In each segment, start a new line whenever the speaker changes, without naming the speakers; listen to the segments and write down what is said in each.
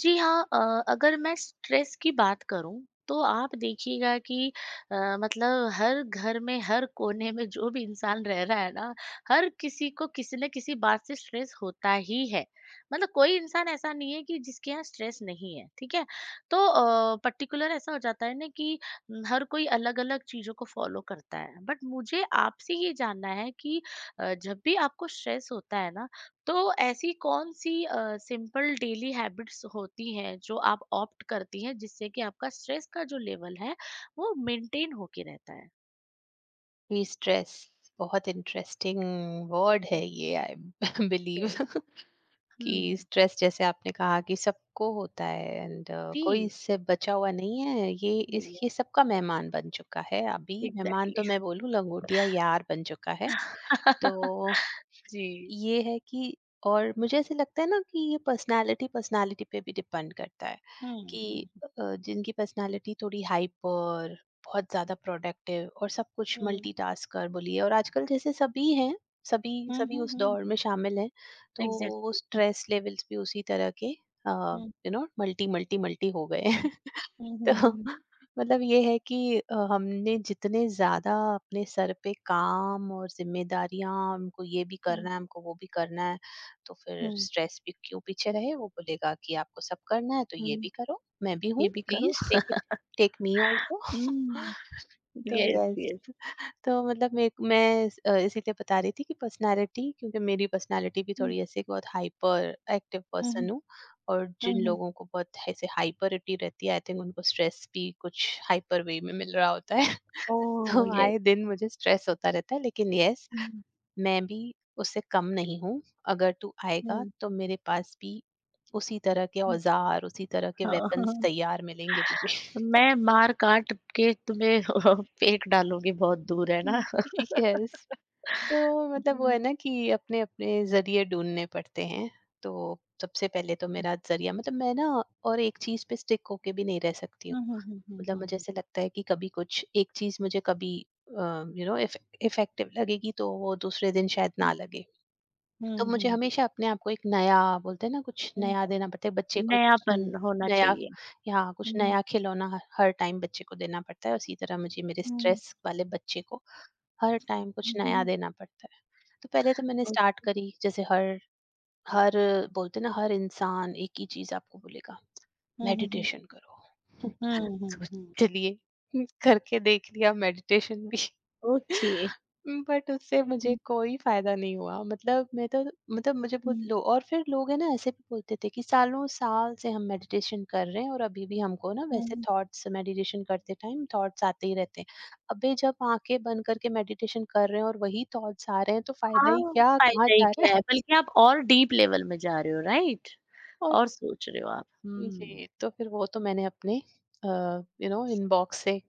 जी हाँ। अगर मैं स्ट्रेस की बात करूं तो आप देखिएगा कि अ, मतलब हर घर में हर कोने में जो भी इंसान रह रहा है ना, हर किसी को किसी न किसी बात से स्ट्रेस होता ही है। मतलब कोई इंसान ऐसा नहीं है कि जिसके यहाँ स्ट्रेस नहीं है, ठीक है। तो पर्टिकुलर ऐसा हो जाता है ना कि न, हर कोई अलग अलग चीजों को फॉलो करता है, बट मुझे आपसे ये जानना है कि जब भी आपको स्ट्रेस होता है ना, तो ऐसी कौन सी सिंपल डेली हैबिट्स होती हैं जो आप ऑप्ट करती हैं जिससे कि आपका स्ट्रेस का जो लेवल है वो मेंटेन होके रहता है।
स्ट्रेस बहुत इंटरेस्टिंग वर्ड है ये आई बिलीव
Yes।
कि
हम्म।
स्ट्रेस जैसे आपने कहा कि सबको होता है एंड कोई
जी।
इससे बचा हुआ नहीं है, ये इस
सही है।
ये सबका मेहमान बन चुका है। अभी मेहमान
एग्जैक्टली।
तो मैं बोलूँ लंगोटिया यार बन चुका है। तो
जी।
ये है कि और मुझे ऐसे लगता है ना कि ये पर्सनालिटी पर्सनालिटी पे भी डिपेंड करता है
हम्म।
कि
हम्म।
जिनकी पर्सनालिटी थोड़ी हाइपर, बहुत ज्यादा प्रोडक्टिव और सब कुछ
हम्म।
मल्टीटास्कर बोलिए, और आजकल जैसे सभी हैं। सभी
हम्म।
सभी
हम्म।
उस
हम्म।
दौर में शामिल हैं। तो
एग्जैक्टली।
स्ट्रेस लेवल्स भी उसी तरह के
hmm.
You know multi multi multi हो गए
हम्म।
हैं।
हम्म। हम्म।
तो
हम्म।
मतलब ये है कि हमने जितने ज्यादा अपने सर पे काम और जिम्मेदारियां, हमको ये भी
हम्म।
करना है, हमको वो भी करना है, तो फिर
हम्म,
स्ट्रेस भी क्यों पीछे रहे? वो बोलेगा कि आपको सब करना है तो ये
हम्म,
भी करो, मैं भी
ये
हूँ,
भी करो।
Please take it, take me also.
Hmm.
तो
yes yes।
यस। तो मतलब मेरे को, इसीलिए बता रही थी कि पर्सनालिटी, क्योंकि मेरी पर्सनालिटी भी
हम्म।
थोड़ी ऐसे बहुत हाइपर एक्टिव
हम्म।
पर्सन हूँ। और
हम्म।
जिन लोगों को बहुत ऐसे हाइपरिटी रहती है, आई थिंक उनको स्ट्रेस भी कुछ हाइपर वे में मिल रहा होता है।
ओ
तो
यस।
आए दिन मुझे स्ट्रेस होता रहता है, लेकिन यस,
हम्म,
मैं भी उससे कम नहीं हूँ। अगर तू आएगा
हम्म,
तो मेरे पास भी उसी तरह के
हम्म,
औजार, उसी तरह के वेपन्स
हाँ।
तैयार मिलेंगे तुझे।
मैं मार काट के तुम्हें फेंक डालूँगी बहुत दूर, है ना?
यस। तो मतलब वो
जी।
है ना कि अपने-अपने ज़रिए ढूँढने पड़ते हैं। तो सबसे पहले तो मेरा ज़रिया, मतलब मैं ना, और एक चीज़ पे स्टिक होके भी नहीं रह सकती हूँ।
हुँ, हुँ, हुँ, हुँ,
मतलब
हुँ,
मुझे
हुँ।
ऐसे लगता है कि कभी कुछ एक चीज़ मुझे कभी uh, you know if effective लगेगी, तो वो दूसरे दिन शायद
हुँ।
ना लगे। तो
हुँ,
मुझे
हुँ,
हमेशा अपने आप को एक नया, बोलते हैं ना, कुछ
हुँ।
नया देना पड़ता है। बच्चे को कुछ न-
नयापन होना
नया,
चाहिए।
या कुछ
हुँ, हुँ।
नया खिलौना ह हर टाइम बच्चे को देना पड़ता है। उसी तरह मुझे मेरे
ओह!
स्ट्रेस वाले बच्चे को हर टाइम कुछ
हुँ,
नया
हुँ,
देना पड़ता है। तो पहले तो मैंने
हुँ।
स्टार्ट करी, जैसे हर हर बोलते ना, हर इंसान एक ही चीज आपको बोलेगा, मेडिटेशन करो।
हुँ, हुँ,
तो
हुँ, हुँ।
चलिए, करके देख लिया मेडिटेशन भी।
ओके।
बट उससे मुझे
हुँ,
कोई फायदा नहीं हुआ। मतलब मैं तो, मतलब मुझे बहुत
हुँ,
लो, और फिर लोग है ना ऐसे भी बोलते थे कि सालों साल से हम मेडिटेशन कर रहे हैं और अभी भी हमको ना वैसे
हुँ।
थॉट्स, मेडिटेशन करते टाइम थॉट्स आते ही रहते हैं। अबे जब आंखें बंद करके मेडिटेशन कर रहे हैं और वही थॉट्स आ रहे हैं तो फायदा ही
हाँ,
क्या, कहाँ
फ़ायदा ही
जा रहा
क्या है?
है?
बल्कि आप और डीप लेवल में जा रहे हो, राइट?
और
और सोच रहे हो आप। हुँ,
जी, तो फिर वो तो मैंने अपने यू नो इनबॉक्स से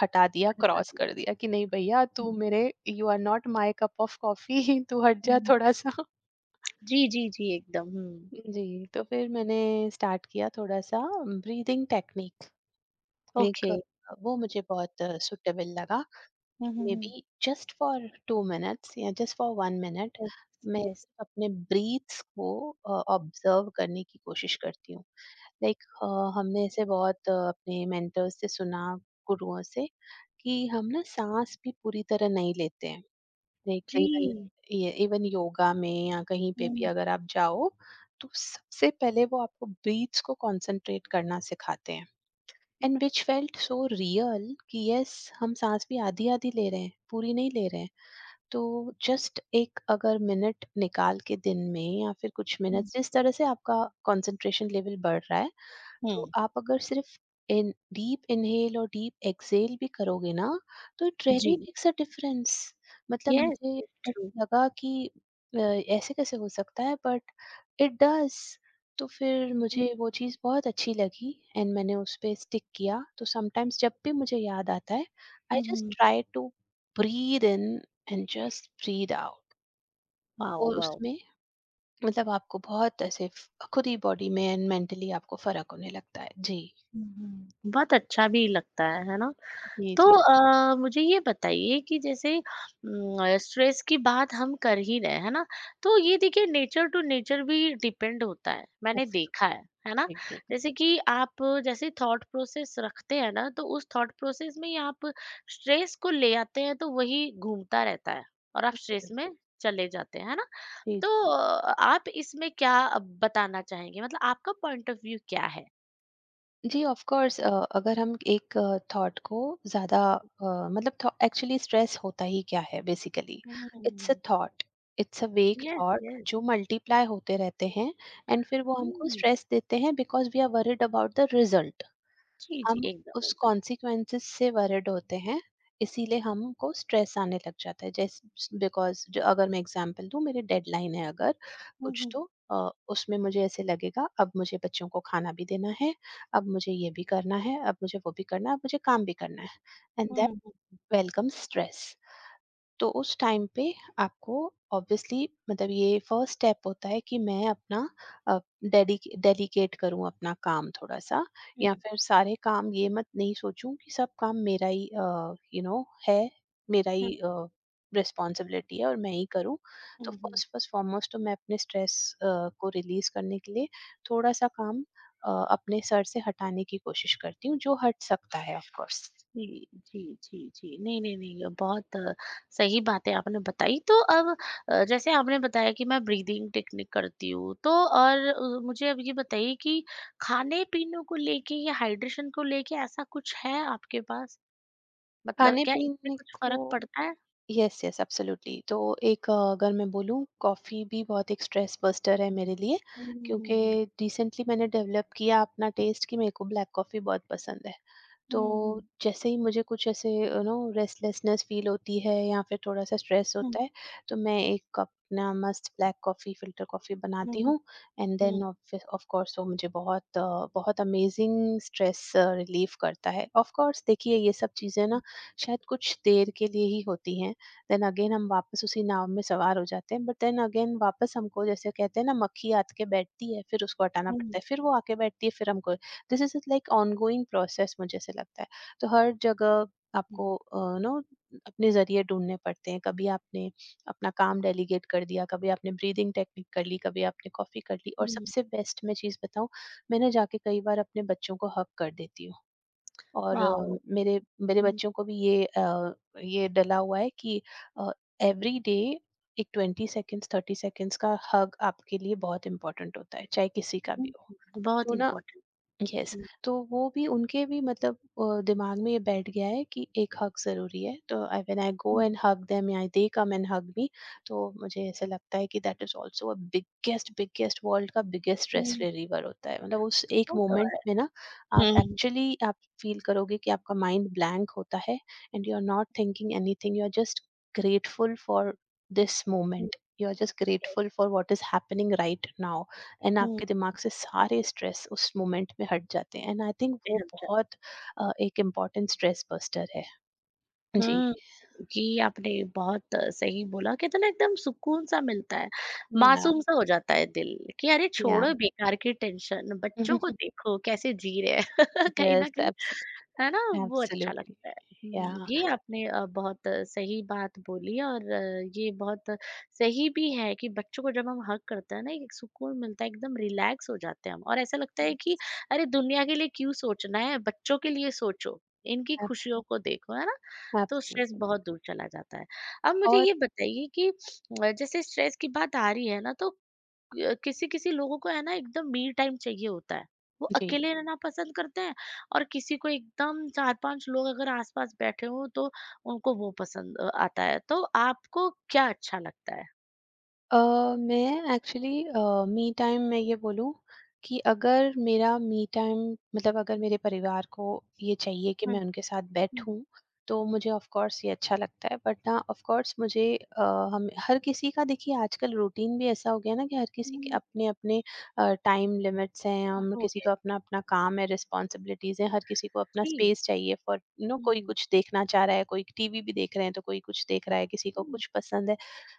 हटा दिया,
बता
क्रॉस
दी।
कर दिया कि नहीं भैया तू
हुँ।
मेरे, you are not my cup of coffee. तू हट जा
हुँ।
थोड़ा-सा।
जी, जी, जी, एकदम। हुँ,
जी, तो फिर मैंने स्टार्ट किया थोड़ा-सा ब्रीथिंग टेक्निक, एक
ओके।
वो मुझे बहुत सूटेबल लगा।
Hmm, hmm,
maybe
hmm.
just for 2 minutes या जस्ट फॉर 1 मिनट
यस,
मैं
यस।
सिर्फ अपने ब्रीथ्स को ऑब्जर्व करने की कोशिश करती हूँ। लाइक हमने ऐसे बहुत अपने मेंटर्स से सुना, गुरुओं से, कि हम ना सांस भी पूरी तरह नहीं लेते हैं। लाइक
जी।
इवन ये इवन योगा में या कहीं पे भी
Mm,
अगर आप जाओ, तो सबसे पहले वो आपको ब्रीथ्स को कंसंट्रेट करना सिखाते हैं। And which felt so real कि यस, हम सांस भी आधी आधी ले रहे हैं, पूरी नहीं ले रहे हैं। तो जस्ट एक अगर मिनट निकाल के दिन में, या फिर कुछ मिनट,
mm,
जिस तरह से आपका कंसंट्रेशन लेवल बढ़ रहा है, तो
mm,
आप अगर सिर्फ़ इन डीप इन्हेल और डीप एक्सहेल भी करोगे ना, तो इट
जी,
रियली मेक्स अ डिफरेंस। मतलब
यस,
मुझे
इट्स
ऐसा
ट्रू।
लगा कि ऐसे कैसे हो सकता है, बट इट डज़। तो फिर
हुँ,
मुझे वो चीज़ बहुत अच्छी लगी एंड मैंने उस पे स्टिक किया। तो समटाइम्स जब भी मुझे याद आता है, I
hmm,
just
hmm.
Try to breathe in and just breathe out.
Wow,
और
वाओ!
उसमें मतलब आपको बहुत ऐसे फ खुद ही बॉडी में एंड मेंटली आपको फ़र्क होने लगता है। जी।
हुँ, हुँ। बहुत अच्छा भी लगता है ना?
जी,
तो
जी।
मुझे ये बताइए कि जैसे स्ट्रेस की बात हम कर ही रहे हैं, है ना? तो ये देखिए नेचर टू नेचर भी डिपेंड होता है, मैंने देखा
एब्सोल्युटली।
है ना?
जी,
जैसे कि आप जैसे थॉट प्रोसेस रखते हैं ना, तो उस थॉट प्रोसेस में ही आप स्ट्रेस को ले आते हैं, तो वही घूमता रहता है और आप स्ट्रेस
एब्सोल्युटली।
में चले जाते हैं, है ना?
जी।
तो आप इसमें क्या बताना चाहेंगे? मतलब आपका पॉइंट ऑफ व्यू क्या है?
जी, ऑफ़ कोर्स अगर हम एक थॉट को ज़्यादा अ, मतलब थॉ एक्चुअली स्ट्रेस होता ही क्या है basically? It's a
hmm.
Thought, it's a vague
yes,
thought
yes.
जो मल्टीप्लाई होते रहते हैं, एंड फिर वो हमको
हुँ।
स्ट्रेस देते हैं because we are worried about the result.
जी, जी,
हम
एकदम,
उस
एकदम।
कॉन्सिक्वेंसेस से वरिड होते हैं, इसीलिए हमको स्ट्रेस आने लग जाता है। जैसे बिकॉज जो अगर मैं एग्जांपल दूं, मेरी डेडलाइन है अगर
हुँ,
कुछ,
हुँ।
तो अ, उसमें मुझे ऐसे लगेगा अब मुझे बच्चों को खाना भी देना है, अब मुझे ये भी करना है, अब मुझे वो भी करना है, अब मुझे काम भी करना है, and
hmm,
that,
hmm,
welcome stress. तो उस टाइम पे आपको ऑब्वियसली, मतलब ये फर्स्ट स्टेप होता है कि मैं अपना अ, डेडी डेलीकेट करूँ अपना काम थोड़ा-सा, या
हुँ,
फिर सारे काम, ये मत नहीं सोचूँ कि सब काम मेरा ही यू नो है, मेरा
हुँ,
ही रिस्पॉन्सिबिलिटी है और मैं ही करूँ। तो
hmm, hmm.
First first foremost तो मैं अपने स्ट्रेस को रिलीज़ करने के लिए थोड़ा-सा काम अपने सर से हटाने की कोशिश करती हूँ, जो हट सकता है ऑफ कोर्स।
जी, जी, जी, जी। नहीं, नहीं, नहीं बहुत सही बातें आपने बताई। तो अब जैसे आपने बताया कि मैं ब्रीदिंग टेक्निक करती हूँ, तो और मुझे अब ये बताइए कि खाने-पीने को लेके या हाइड्रेशन को लेके ऐसा कुछ है आपके पास? मतलब क्या इससे
खाने-पीने
कुछ
को,
फ़र्क पड़ता है?
यस यस एब्सोल्युटली, तो एक अगर मैं बोलूँ कॉफ़ी भी बहुत एक स्ट्रेस बस्टर है मेरे लिए,
हुँ, हुँ,
क्योंकि
हुँ, हुँ।
रिसेंटली मैंने डेवलप किया अपना टेस्ट कि मेरे को ब्लैक कॉफ़ी बहुत पसंद है। तो
हुँ, हुँ।
जैसे ही मुझे कुछ ऐसे यू नो रेस्टलेसनेस फील होती है या फिर थोड़ा सा स्ट्रेस
हुँ,
होता है, तो मैं एक कप अपना मस्त black coffee, filter coffee
hmm,
बनाती
हुँ,
हूँ, and then
hmm,
of course वो मुझे बहुत बहुत अमेजिंग स्ट्रेस रिलीफ करता है। ऑफ कोर्स देखिए ये सब चीज़ें ना शायद कुछ देर के लिए ही होती हैं, देन अगेन हम वापस उसी नाव में सवार हो जाते हैं, बट देन अगेन वापस हमको, जैसे कहते हैं ना मक्खी आत के बैठती है फिर उसको हटाना
हुँ,
पड़ता है, फिर वो आके बैठती है फिर हमको, this is like ongoing process, मुझे ऐसे लगता है। तो हर जगह
हुँ,
आपको, नो, अपने जरिए ढूंढने पड़ते हैं। कभी आपने अपना काम डेलीगेट कर दिया, कभी आपने ब्रीदिंग टेक्निक कर ली, कभी आपने कॉफ़ी कर ली, और
हुँ, हुँ।
सबसे बेस्ट मैं चीज़ बताऊँ, मैंने जाके कई बार अपने बच्चों को हक कर देती हूँ। और
वाओ!
मेरे मेरे
हुँ,
बच्चों को भी ये ये डला हुआ है कि एवरी डे एक ट्वेंटी सेकेंड्स थर्टी सेकेंड्स का हग आपके लिए बहुत इंपॉर्टेंट होता है, चाहे किसी का
हुँ,
भी हो।
हुँ। बहुत
तो ना
इम्पोर्टेंट।
यस,
हुँ,
तो वो भी, उनके भी, मतलब दिमाग में ये बैठ गया है कि एक हग ज़रूरी है, तो I when I go
hmm,
and hug them या दे कम एंड हग मी। तो मुझे ऐसा लगता है कि that is also a biggest biggest world का बिगेस्ट स्ट्रेस
हुँ।
रिलीवर होता है। मतलब उस एक
वो तो है।
मोमेंट में ना, आप
हुँ, हुँ,
एक्चुअली, आप फील करोगे कि आपका माइंड ब्लैंक होता है, and you are not thinking anything, you are just grateful for this
hmm,
moment, you are just
yes.
Grateful for what is happening right now. And
hmm,
आपके दिमाग से सारे स्ट्रेस उस मोमेंट में हट जाते हैं, एंड आई थिंक वो
एकदम सच।
बहुत एक इम्पोर्टेंट स्ट्रेस बस्टर है। जी।
हुँ, जी, आपने बहुत सही बोला कहते हैं ना एकदम सुकून सा मिलता है,
या
मासूम सा हो जाता है दिल कि अरे
या
छोड़ो बेकार की टेंशन, बच्चों को देखो कैसे जी रहे हैं। कहीं न
यस
कहीं है ना? वो अच्छा
एब्सोल्युटली।
लगता है।
या
हुँ, ये आपने बहुत सही बात बोली और ये बहुत सही भी है कि बच्चों को जब हम हग करते हैं ना, एक सुकून मिलता है, एकदम रिलैक्स हो जाते हैं हम और ऐसा लगता है कि अरे! दुनिया के लिए क्यों सोचना है, बच्चों के लिए सोचो, इनकी खुशियों को देखो, है ना? तो स्ट्रेस
एब्सोल्युटली।
बहुत दूर चला जाता है। अब मुझे
और
ये बताइए कि जैसे स्ट्रेस की बात आ रही है ना, तो किसी किसी लोगों को है ना एकदम मी टाइम चाहिए होता है वो
जी
अकेले रहना पसंद करते हैं और किसी को एकदम चार पांच लोग अगर आसपास बैठे हों तो उनको वो पसंद आता है तो आपको क्या अच्छा लगता है?
अ, मैं एक्चुअली मी टाइम मैं ये बोलूँ कि अगर मेरा मी टाइम, मतलब अगर मेरे परिवार को ये चाहिए कि
हम्म।
मैं उनके साथ
हम्म,
बैठूँ, तो मुझे ऑफ़ कोर्स ये अच्छा लगता है। बट ना, ऑफ़ कोर्स मुझे हम हर किसी का देखिए आजकल रूटीन भी ऐसा हो गया ना कि हर किसी के
हम्म,
अपने-अपने टाइम लिमिट्स हैं,
और
हम
हो
किसी
गया।
का अपना-अपना काम है, रिस्पॉन्सिबिलिटीज़ हैं, हर किसी को अपना
जी।
स्पेस चाहिए, फॉर यू नो कोई
हम्म,
कुछ देखना चाह रहा है, कोई टीवी भी देख रहे हैं, तो कोई कुछ देख रहा है, किसी को
हम्म,
कुछ पसंद है।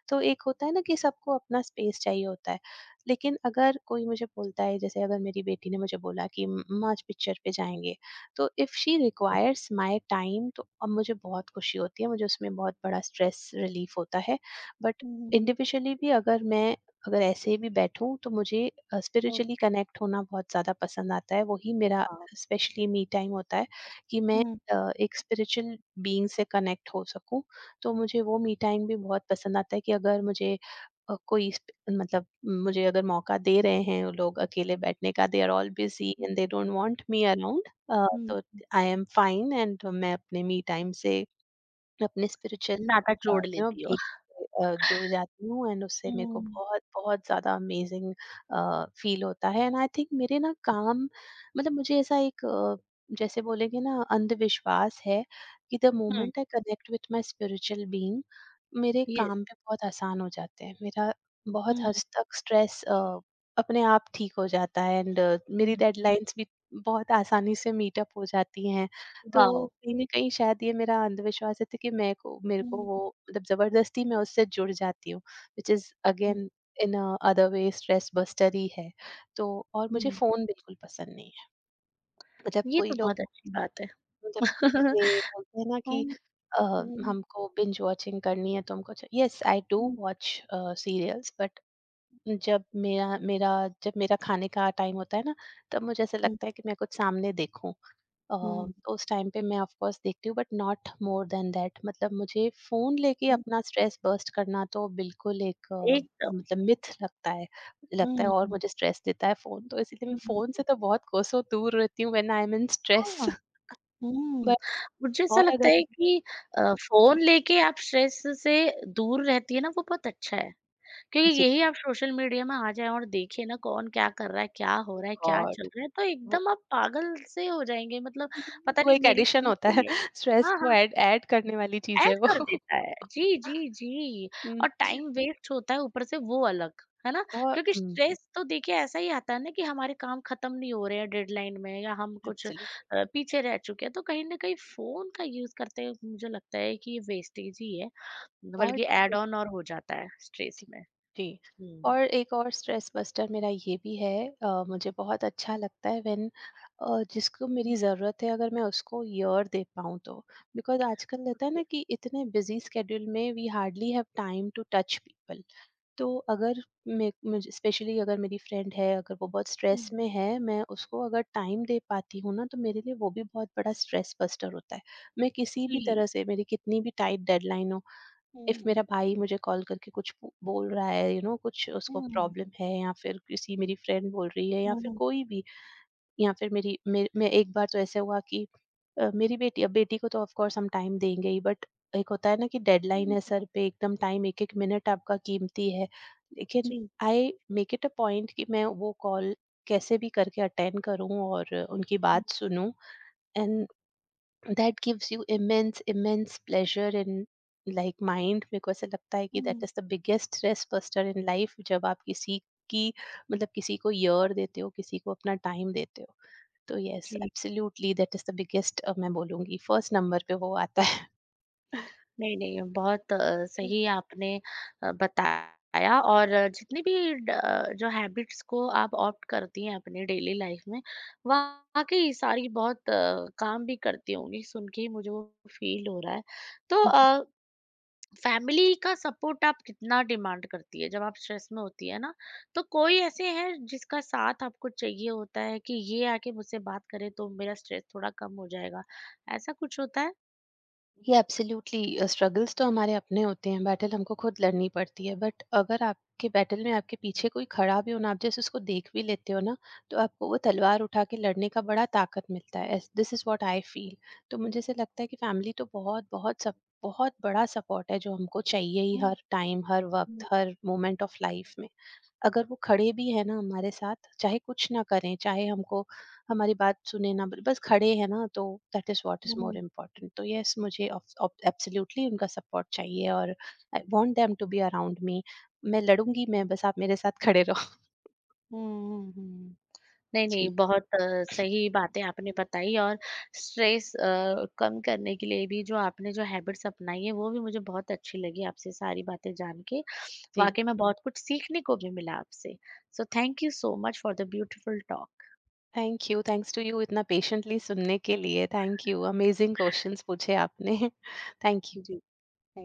तो एक होता है ना कि सबको अपना स्पेस चाहिए होता है, लेकिन अगर कोई मुझे बोलता है, जैसे अगर मेरी बेटी ने मुझे बोला कि "मम्मा, आज पिक्चर पे जाएंगे", तो if she requires my time, तो अब मुझे बहुत खुशी होती है, मुझे उसमें बहुत बड़ा स्ट्रेस रिलीफ होता है। बट
हम्म,
इंडिविजुअली भी अगर मैं, अगर ऐसे भी बैठूं, तो मुझे
ओ,
स्पिरिचुअली कनेक्ट होना बहुत ज़्यादा पसंद आता है। वही मेरा
वाओ,
स्पेशली मी टाइम होता है कि मैं
हम्म,
एक स्पिरिचुअल बीइंग से कनेक्ट हो सकूं। तो मुझे वो मी टाइम भी बहुत पसंद आता है कि अगर मुझे अ, कोई स्प- मतलब मुझे अगर मौका दे रहे हैं वो लोग अकेले बैठने का, they are all busy and they don't want me around,
hmm,
तो आई एम फाइन एंड मैं अपने मी टाइम से अपने स्पिरिचुअल
नाता जोड़
यू नो
लेती हो।
बीइंग से जुड़ जाती हूँ, एंड उससे मेरे को
हम्म,
बहुत बहुत ज़्यादा अमेज़िंग फ़ील होता है। एंड आई थिंक मेरे ना काम, मतलब मुझे ऐसा एक जैसे बोलेंगे ना अंधविश्वास है कि the
hmm.
Moment I connect with my spiritual being, मेरे
ये
काम भी बहुत आसान हो जाते हैं। मेरा बहुत
हम्म,
हद तक स्ट्रेस अपने आप ठीक हो जाता है एंड मेरी
हम्म,
डेडलाइंस भी बहुत आसानी से मीट अप हो जाती हैं। तो
वाओ।
कहीं न कहीं शायद ये मेरा अंधविश्वास है तो कि मैं को मेरे को
हम्म,
वो मतलब ज़बरदस्ती मैं उससे जुड़ जाती हूँ, which is
hmm,
again in other way stress buster ही है। तो और मुझे
हम्म,
फ़ोन बिल्कुल पसंद नहीं है। मतलब
ये
कोई
तो
लोग
बहुत अच्छी बात है।
मतलब ये बोलते हैं ना कि
हम्म,
अ,
हम्म,
हमको बिंज वॉचिंग करनी है तो हमको च yes I do watch serials. But जब मेरा मेरा जब मेरा खाने का टाइम होता है ना, तब मुझे ऐसा
हम्म,
लगता है कि मैं कुछ सामने देखूँ।
हुँ,
तो उस टाइम पे मैं ऑफ कोर्स देखती हूँ, but not more than that. मतलब मुझे फ़ोन लेके
हुँ,
अपना स्ट्रेस बर्स्ट करना तो बिल्कुल एक
एकदम।
मतलब मिथ लगता है। लगता है
हुँ,
और
हुँ,
मुझे स्ट्रेस देता है फ़ोन, तो इसीलिए मैं फ़ोन
हुँ।
से तो बहुत कोसों दूर रहती हूँ when I am in stress.
हाँ, हुँ,
बट
मुझे ऐसा
और
लगता
अगर
है कि अ, फ़ोन लेके आप स्ट्रेस से दूर रहती है ना, वो बहुत अच्छा है। क्योंकि
जी
यही आप सोशल मीडिया में आ जाएँ और देखें ना कौन क्या कर रहा है, क्या हो रहा है, क्या
गॉड
चल रहा है, तो
वो
एकदम आप पागल से हो जाएंगे मतलब पता
वो
नहीं
एक
मेरी तो
एडिशन होता
ये
है।
ले लो।
स्ट्रेस
हाँ,
को
हाँ।
ऐड ऐड करने वाली चीज़ है
ऐड
वो।
कर देता है। जी, जी, जी।
हुँ,
और टाइम वेस्ट होता है ऊपर से वो अलग, है ना?
और
क्योंकि
हुँ,
स्ट्रेस तो देखिए ऐसा ही आता है ना कि हमारे काम खत्म नहीं हो रहे हैं डेडलाइन में या हम कुछ
एब्सोल्युटली।
पीछे रह चुके हैं, तो कहीं न कहीं फ़ोन का यूज़ करते हैं मुझे लगता है कि ये वेस्टेज ही है,
और
बल्कि ऐड ऑन और हो जाता है स्ट्रेस
जी,
में।
जी।
हुँ।
और एक और स्ट्रेस बस्टर मेरा ये भी है। मुझे बहुत अच्छा लगता है व्हेन जिसको मेरी ज़रूरत है अगर मैं उसको ईयर दे पाऊँ तो, बिकॉज़ आजकल रहता है
ओके।
ना कि इतने बिजी स्केड्यूल में we hardly have time to touch people. तो अगर मे मुझे स्पेशली अगर मेरी फ्रेंड है, अगर वो बहुत स्ट्रेस
हुँ।
में है, मैं उसको अगर टाइम दे पाती हूँ ना, तो मेरे लिए वो भी बहुत बड़ा स्ट्रेस बस्टर होता है। मैं किसी भी
जी।
तरह से, मेरी कितनी भी टाइट डेडलाइन हो, इफ
हुँ,
मेरा भाई मुझे कॉल करके कुछ बोल रहा है, यू you नो know, कुछ उसको
हुँ,
प्रॉब्लम है, या फिर किसी मेरी फ्रेंड बोल रही है, या
हुँ,
फिर
हुँ,
कोई भी, या फिर मेरी मे, मैं एक बार तो ऐसे हुआ कि मेरी बेटी, अब बेटी को तो ऑफ कोर्स हम टाइम देंगे ही, बट एक होता है ना कि डेडलाइन
हुँ,
है सर पे एकदम, टाइम एक एक मिनट आपका कीमती है, लेकिन
जी,
I make it a point कि मैं वो कॉल कैसे भी करके अटेंड करूं और उनकी
हुँ,
बात सुनूं। And that gives you immense immense pleasure in like mind, मेरे को ऐसा लगता है कि
hmm,
that is the biggest stress buster in life. जब आप किसी की मतलब किसी को ईयर देते हो, किसी को अपना टाइम देते हो, तो यस
जी।
Absolutely that is the biggest. मैं बोलूंगी फर्स्ट नंबर पे वो आता है।
नहीं, नहीं, बहुत
हम्म,
सही आपने बताया और जितनी भी जो हैबिट्स को आप ऑप्ट करती हैं अपनी डेली लाइफ में, वाक़ई सारी बहुत काम भी करती होंगी, सुन के ही मुझे वो फ़ील हो रहा है। तो
हम्म।
फैमिली का सपोर्ट आप कितना डिमांड करती है? जब आप स्ट्रेस में होती है ना, तो कोई ऐसे हैं जिसका साथ आपको चाहिए होता है कि ये आके मुझसे बात करे तो मेरा स्ट्रेस थोड़ा कम हो जाएगा, ऐसा कुछ होता है?
ये एब्सोल्युटली स्ट्रगल्स तो हमारे अपने होते हैं, बैटल हमको खुद लड़नी पड़ती है, बट अगर आपके बैटल में आपके पीछे कोई खड़ा भी हो ना, आप जैसे उसको देख भी लेते हो ना, तो आपको वो तलवार उठा के लड़ने का बड़ा ताकत मिलता है। This is what I feel. तो मुझे से लगता है कि फैमिली तो बहुत बहुत सब बहुत बड़ा सपोर्ट है, जो हमको चाहिए ही
हुँ,
हर टाइम, हर वक्त,
हुँ,
हर मोमेंट ऑफ लाइफ में। अगर वो खड़े भी हैं ना हमारे साथ, चाहे कुछ ना करें, चाहे हमको हमारी बात सुने ना, बस खड़े हैं ना, तो that is what is
hmm.
More important. तो येस, मुझे ऑफ ऑफ एब्सोल्युटली उनका सपोर्ट चाहिए और I want them to be around me. मैं लड़ूँगी मैं, बस आप मेरे साथ खड़े रहो।
हुँ, हुँ, हुँ। नहीं, नहीं
जी,
बहुत सही बातें आपने बताई और स्ट्रेस कम करने के लिए भी जो आपने जो हैबिट्स अपनाई है वो भी मुझे बहुत अच्छी लगी आपसे सारी बातें जान के।
जी।
वाक़ई में बहुत कुछ सीखने को भी मिला आपसे। So thank you so much for the beautiful talk.
Thank you, thanks to you इतना पेशेंटली सुनने के लिए। थैंक यू, अमेज़िंग क्वेश्चन्स पूछे आपने। Thank you.
जी। जी, थैंक